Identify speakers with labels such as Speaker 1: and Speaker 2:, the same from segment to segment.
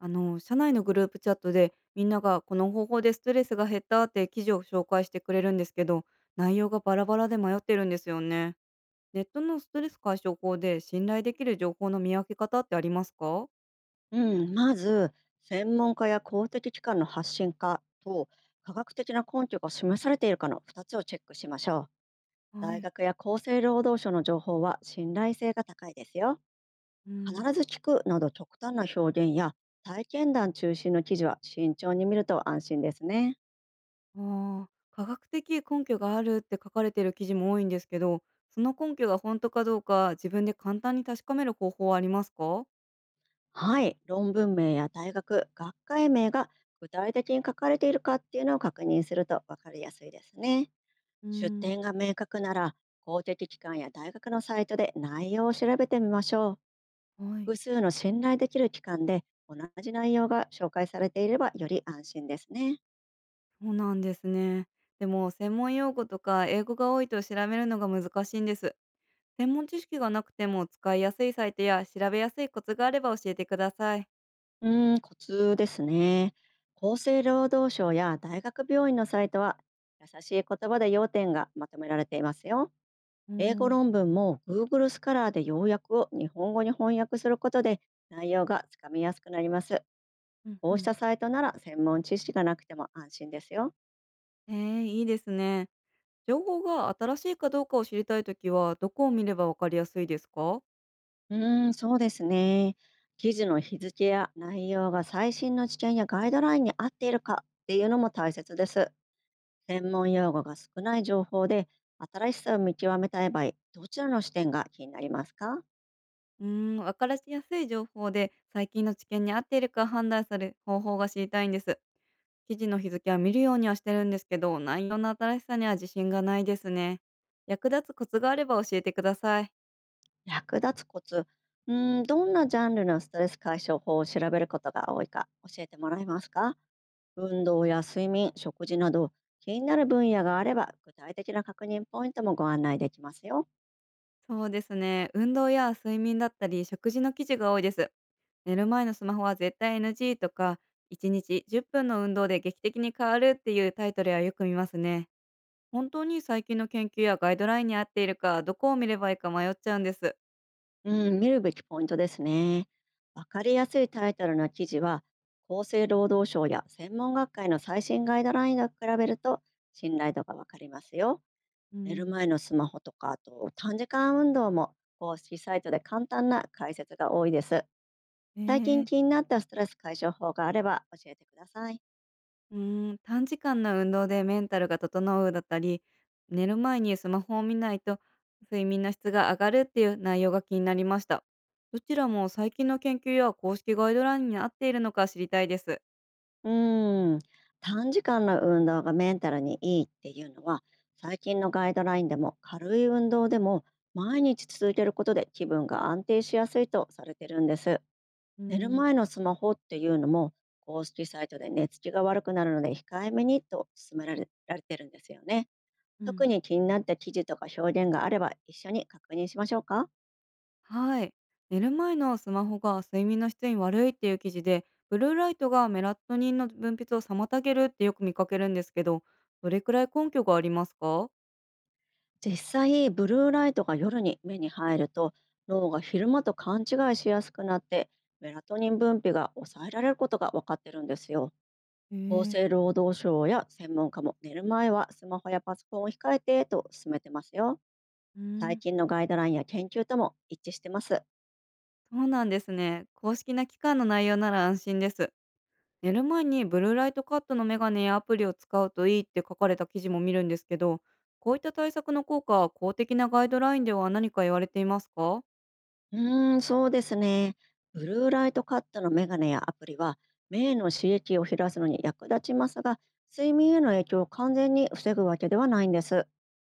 Speaker 1: あの社内のグループチャットでみんながこの方法でストレスが減ったって記事を紹介してくれるんですけど、内容がバラバラで迷ってるんですよね。ネットのストレス解消法で信頼できる情報の見分け方ってありますか？
Speaker 2: うまず専門家や公的機関の発信かと科学的な根拠が示されているかの2つをチェックしましょう。
Speaker 1: は
Speaker 2: 大
Speaker 1: い。
Speaker 2: 学や厚生労働省の情報は信頼性が高いですよ。
Speaker 1: う
Speaker 2: 必
Speaker 1: ん。
Speaker 2: ず聞くなど極端な表現や体験談中心の記事は慎重に見ると安心ですね。
Speaker 1: あー。科学的根拠があるって書かれてる記事も多いんですけど、その根拠が本当かどうか自分で簡単に確かめる方法はありますか？
Speaker 2: はい、論文名や大学、学会名が具体的に書かれているかっていうのを確認すると分かりやすいですね。
Speaker 1: う
Speaker 2: 出
Speaker 1: ん。
Speaker 2: 典が明確なら、公的機関や大学のサイトで内容を調べてみましょう。
Speaker 1: はい。
Speaker 2: 複数の信頼できる機関で同じ内容が紹介されていればより安心ですね。
Speaker 1: そうなんですね。でも専門用語とか英語が多いと調べるのが難しいんです。専門知識がなくても使いやすいサイトや調べやすいコツがあれば教えてください。
Speaker 2: コツですね。厚生労働省や大学病院のサイトは、優しい言葉で要点がまとめられていますよ。
Speaker 1: うー
Speaker 2: 英語
Speaker 1: ん、
Speaker 2: 論文も Google スカラーで要約を日本語に翻訳することで内容がつかみやすくなります。
Speaker 1: うん
Speaker 2: こ
Speaker 1: う
Speaker 2: うし
Speaker 1: ん。
Speaker 2: たサイトなら専門知識がなくても安心ですよ。
Speaker 1: えー、いいですね。情報が新しいかどうかを知りたいときはどこを見ればわかりやすいですか？
Speaker 2: うそうですね。記事の日付や内容が最新の知見やガイドラインに合っているかっていうのも大切です。専門用語が少ない情報で新しさを見極めたい場合、どちらの視点が気になりますか？
Speaker 1: うーん、わかりやすい情報で最近の知見に合っているか判断する方法が知りたいんです。記事の日付は見るようにはしてるんですけど、内容の新しさには自信がないですね。役立つコツがあれば教えてください。
Speaker 2: 役立つコツ。どんなジャンルのストレス解消法を調べることが多いか教えてもらえますか？運動や睡眠、食事など気になる分野があれば具体的な確認ポイントもご案内できますよ。
Speaker 1: そうですね。運動や睡眠だったり、食事の記事が多いです。寝る前のスマホは絶対 NG とか、1日10分の運動で劇的に変わるっていうタイトルはよく見ますね。本当に最近の研究やガイドラインに合っているか、どこを見ればいいか迷っちゃうんです。
Speaker 2: うん、見るべきポイントですね。わかりやすいタイトルの記事は、厚生労働省や専門学会の最新ガイドラインと比べると信頼度がわかりますよ。
Speaker 1: う
Speaker 2: 寝る
Speaker 1: ん。
Speaker 2: 前のスマホとか、あと短時間運動も公式サイトで簡単な解説が多いです。最近
Speaker 1: え。
Speaker 2: 気になったストレス解消法があれば教えてください。
Speaker 1: うーん、短時間の運動でメンタルが整うだったり、寝る前にスマホを見ないと睡眠の質が上がるっていう内容が気になりました。どちらも最近の研究や公式ガイドラインに合っているのか知りたいです。
Speaker 2: うーん、短時間の運動がメンタルにいいっていうのは最近のガイドラインでも軽い運動でも毎日続けることで気分が安定しやすいとされてるんです。
Speaker 1: うー
Speaker 2: 寝る
Speaker 1: ん、
Speaker 2: 前のスマホっていうのも公式サイトで寝つきが悪くなるので控えめにと勧められられてるんですよね。
Speaker 1: う
Speaker 2: 特
Speaker 1: ん、
Speaker 2: に気になった記事とか表現があれば一緒に確認しましょうか？
Speaker 1: はい。寝る前のスマホが睡眠の質に悪いっていう記事で、ブルーライトがメラトニンの分泌を妨げるってよく見かけるんですけど、どれくらい根拠がありますか？
Speaker 2: 実際ブルーライトが夜に目に入ると脳が昼間と勘違いしやすくなってメラトニン分泌が抑えられることが分かってるんですよ。厚
Speaker 1: え。え。
Speaker 2: 生労働省や専門家も寝る前はスマホやパソコンを控えてと勧めてますよ。
Speaker 1: うー
Speaker 2: 最
Speaker 1: ん。
Speaker 2: 近のガイドラインや研究とも一致してます。
Speaker 1: そうなんですね。公式な期間の内容なら安心です。寝る前にブルーライトカットのメガネやアプリを使うといいって書かれた記事も見るんですけど、こういった対策の効果は公的なガイドラインでは何か言われていますか？
Speaker 2: そうですね。ブルーライトカットのメガネやアプリは目への刺激を減らすのに役立ちますが睡眠への影響を完全に防ぐわけではないんです。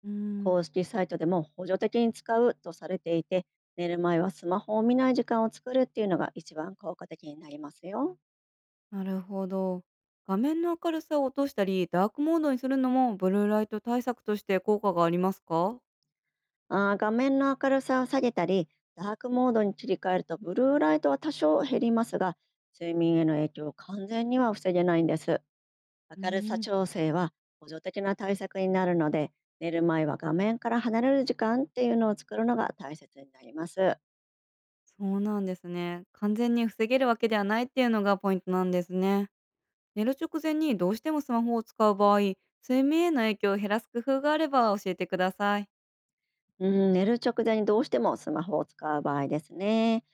Speaker 1: うーん、
Speaker 2: 公式サイトでも補助的に使うとされていて、寝る前はスマホを見ない時間を作るっていうのが一番効果的になりますよ。
Speaker 1: なるほど。画面の明るさを落としたり、ダークモードにするのもブルーライト対策として効果がありますか？
Speaker 2: 画面の明るさを下げたり、ダークモードに切り替えるとブルーライトは多少減りますが、睡眠への影響を完全には防げないんです。
Speaker 1: うー
Speaker 2: 明るさ
Speaker 1: ん、
Speaker 2: 調整は補助的な対策になるので、寝る前は画面から離れる時間っていうのを作るのが大切になります。
Speaker 1: そうなんですね。完全に防げるわけではないっていうのがポイントなんですね。寝る直前にどうしてもスマホを使う場合、睡眠への影響を減らす工夫があれば教えてください。
Speaker 2: うん、寝る直前にどうしてもスマホを使う場合ですね。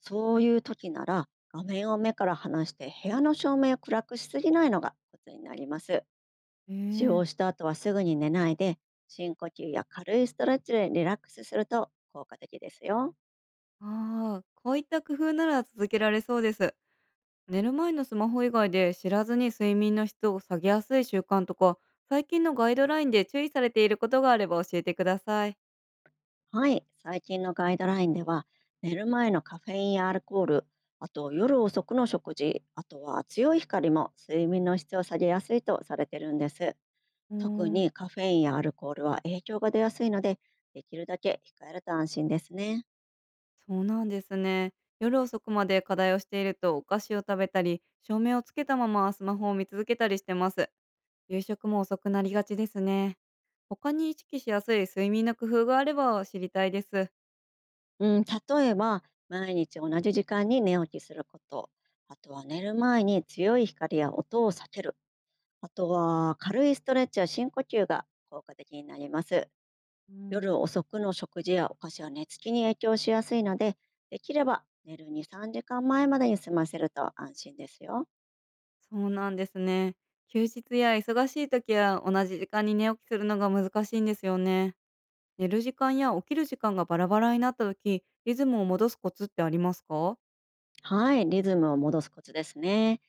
Speaker 2: そういう時なら画面を目から離して部屋の照明を暗くしすぎないのがコツになります。
Speaker 1: え
Speaker 2: 使
Speaker 1: ー、
Speaker 2: 用した後はすぐに寝ないで深呼吸や軽いストレッチでリラックスすると効果的ですよ。
Speaker 1: ああ、こういった工夫なら続けられそうです。寝る前のスマホ以外で知らずに睡眠の質を下げやすい習慣とか、最近のガイドラインで注意されていることがあれば教えてください。
Speaker 2: はい、最近のガイドラインでは寝る前のカフェインやアルコール、あと夜遅くの食事、あとは強い光も睡眠の質を下げやすいとされてるんです。
Speaker 1: うー
Speaker 2: 特
Speaker 1: ん、
Speaker 2: にカフェインやアルコールは影響が出やすいのでできるだけ控えると安心ですね。
Speaker 1: そうなんですね。夜遅くまで課題をしているとお菓子を食べたり、照明をつけたままスマホを見続けたりしてます。夕食も遅くなりがちですね。他に意識しやすい睡眠の工夫があれば知りたいです。
Speaker 2: うん、例えば毎日同じ時間に寝起きすること、あとは寝る前に強い光や音を避ける、あとは軽いストレッチや深呼吸が効果的になります。
Speaker 1: う
Speaker 2: 夜
Speaker 1: ん、
Speaker 2: 遅くの食事やお菓子は寝つきに影響しやすいのでできれば寝る23時間前までに済ませると安心ですよ。
Speaker 1: そうなんですね。休日や忙しい時は同じ時間に寝起きするのが難しいんですよね。寝る時間や起きる時間がバラバラになった時、リズムを戻すコツってありますか？
Speaker 2: はい、リズムを戻すコツですね。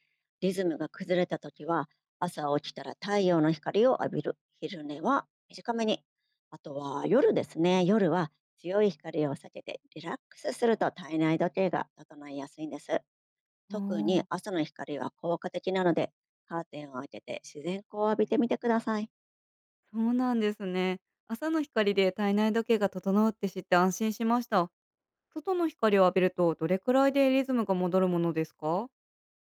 Speaker 2: リズムが崩れたときは、朝起きたら太陽の光を浴びる。昼寝は短めに。あとは夜ですね。夜は強い光を避けてリラックスすると体内時計が整いやすいんです。
Speaker 1: あ
Speaker 2: 特に
Speaker 1: ー、
Speaker 2: 朝の光は効果的なので、カーテンを開けて自然光を浴びてみてください。
Speaker 1: そうなんですね。朝の光で体内時計が整うって知って安心しました。外の光を浴びるとどれくらいでリズムが戻るものですか？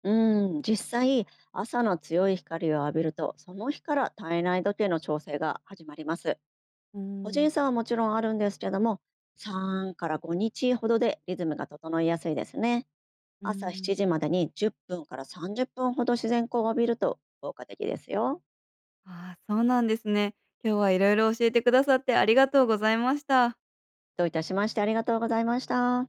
Speaker 2: うん、実際、朝の強い光を浴びると、その日から体内時計の調整が始まります。
Speaker 1: う
Speaker 2: 個人
Speaker 1: ん。
Speaker 2: 差はもちろんあるんですけども、3から5日ほどでリズムが整いやすいですね。
Speaker 1: うー
Speaker 2: 朝7
Speaker 1: ん。
Speaker 2: 時までに10分から30分ほど自然光を浴びると効果的ですよ。
Speaker 1: ああ、そうなんですね。今日はいろいろ教えてくださってありがとうございました。
Speaker 2: どういたしまして、ありがとうございました。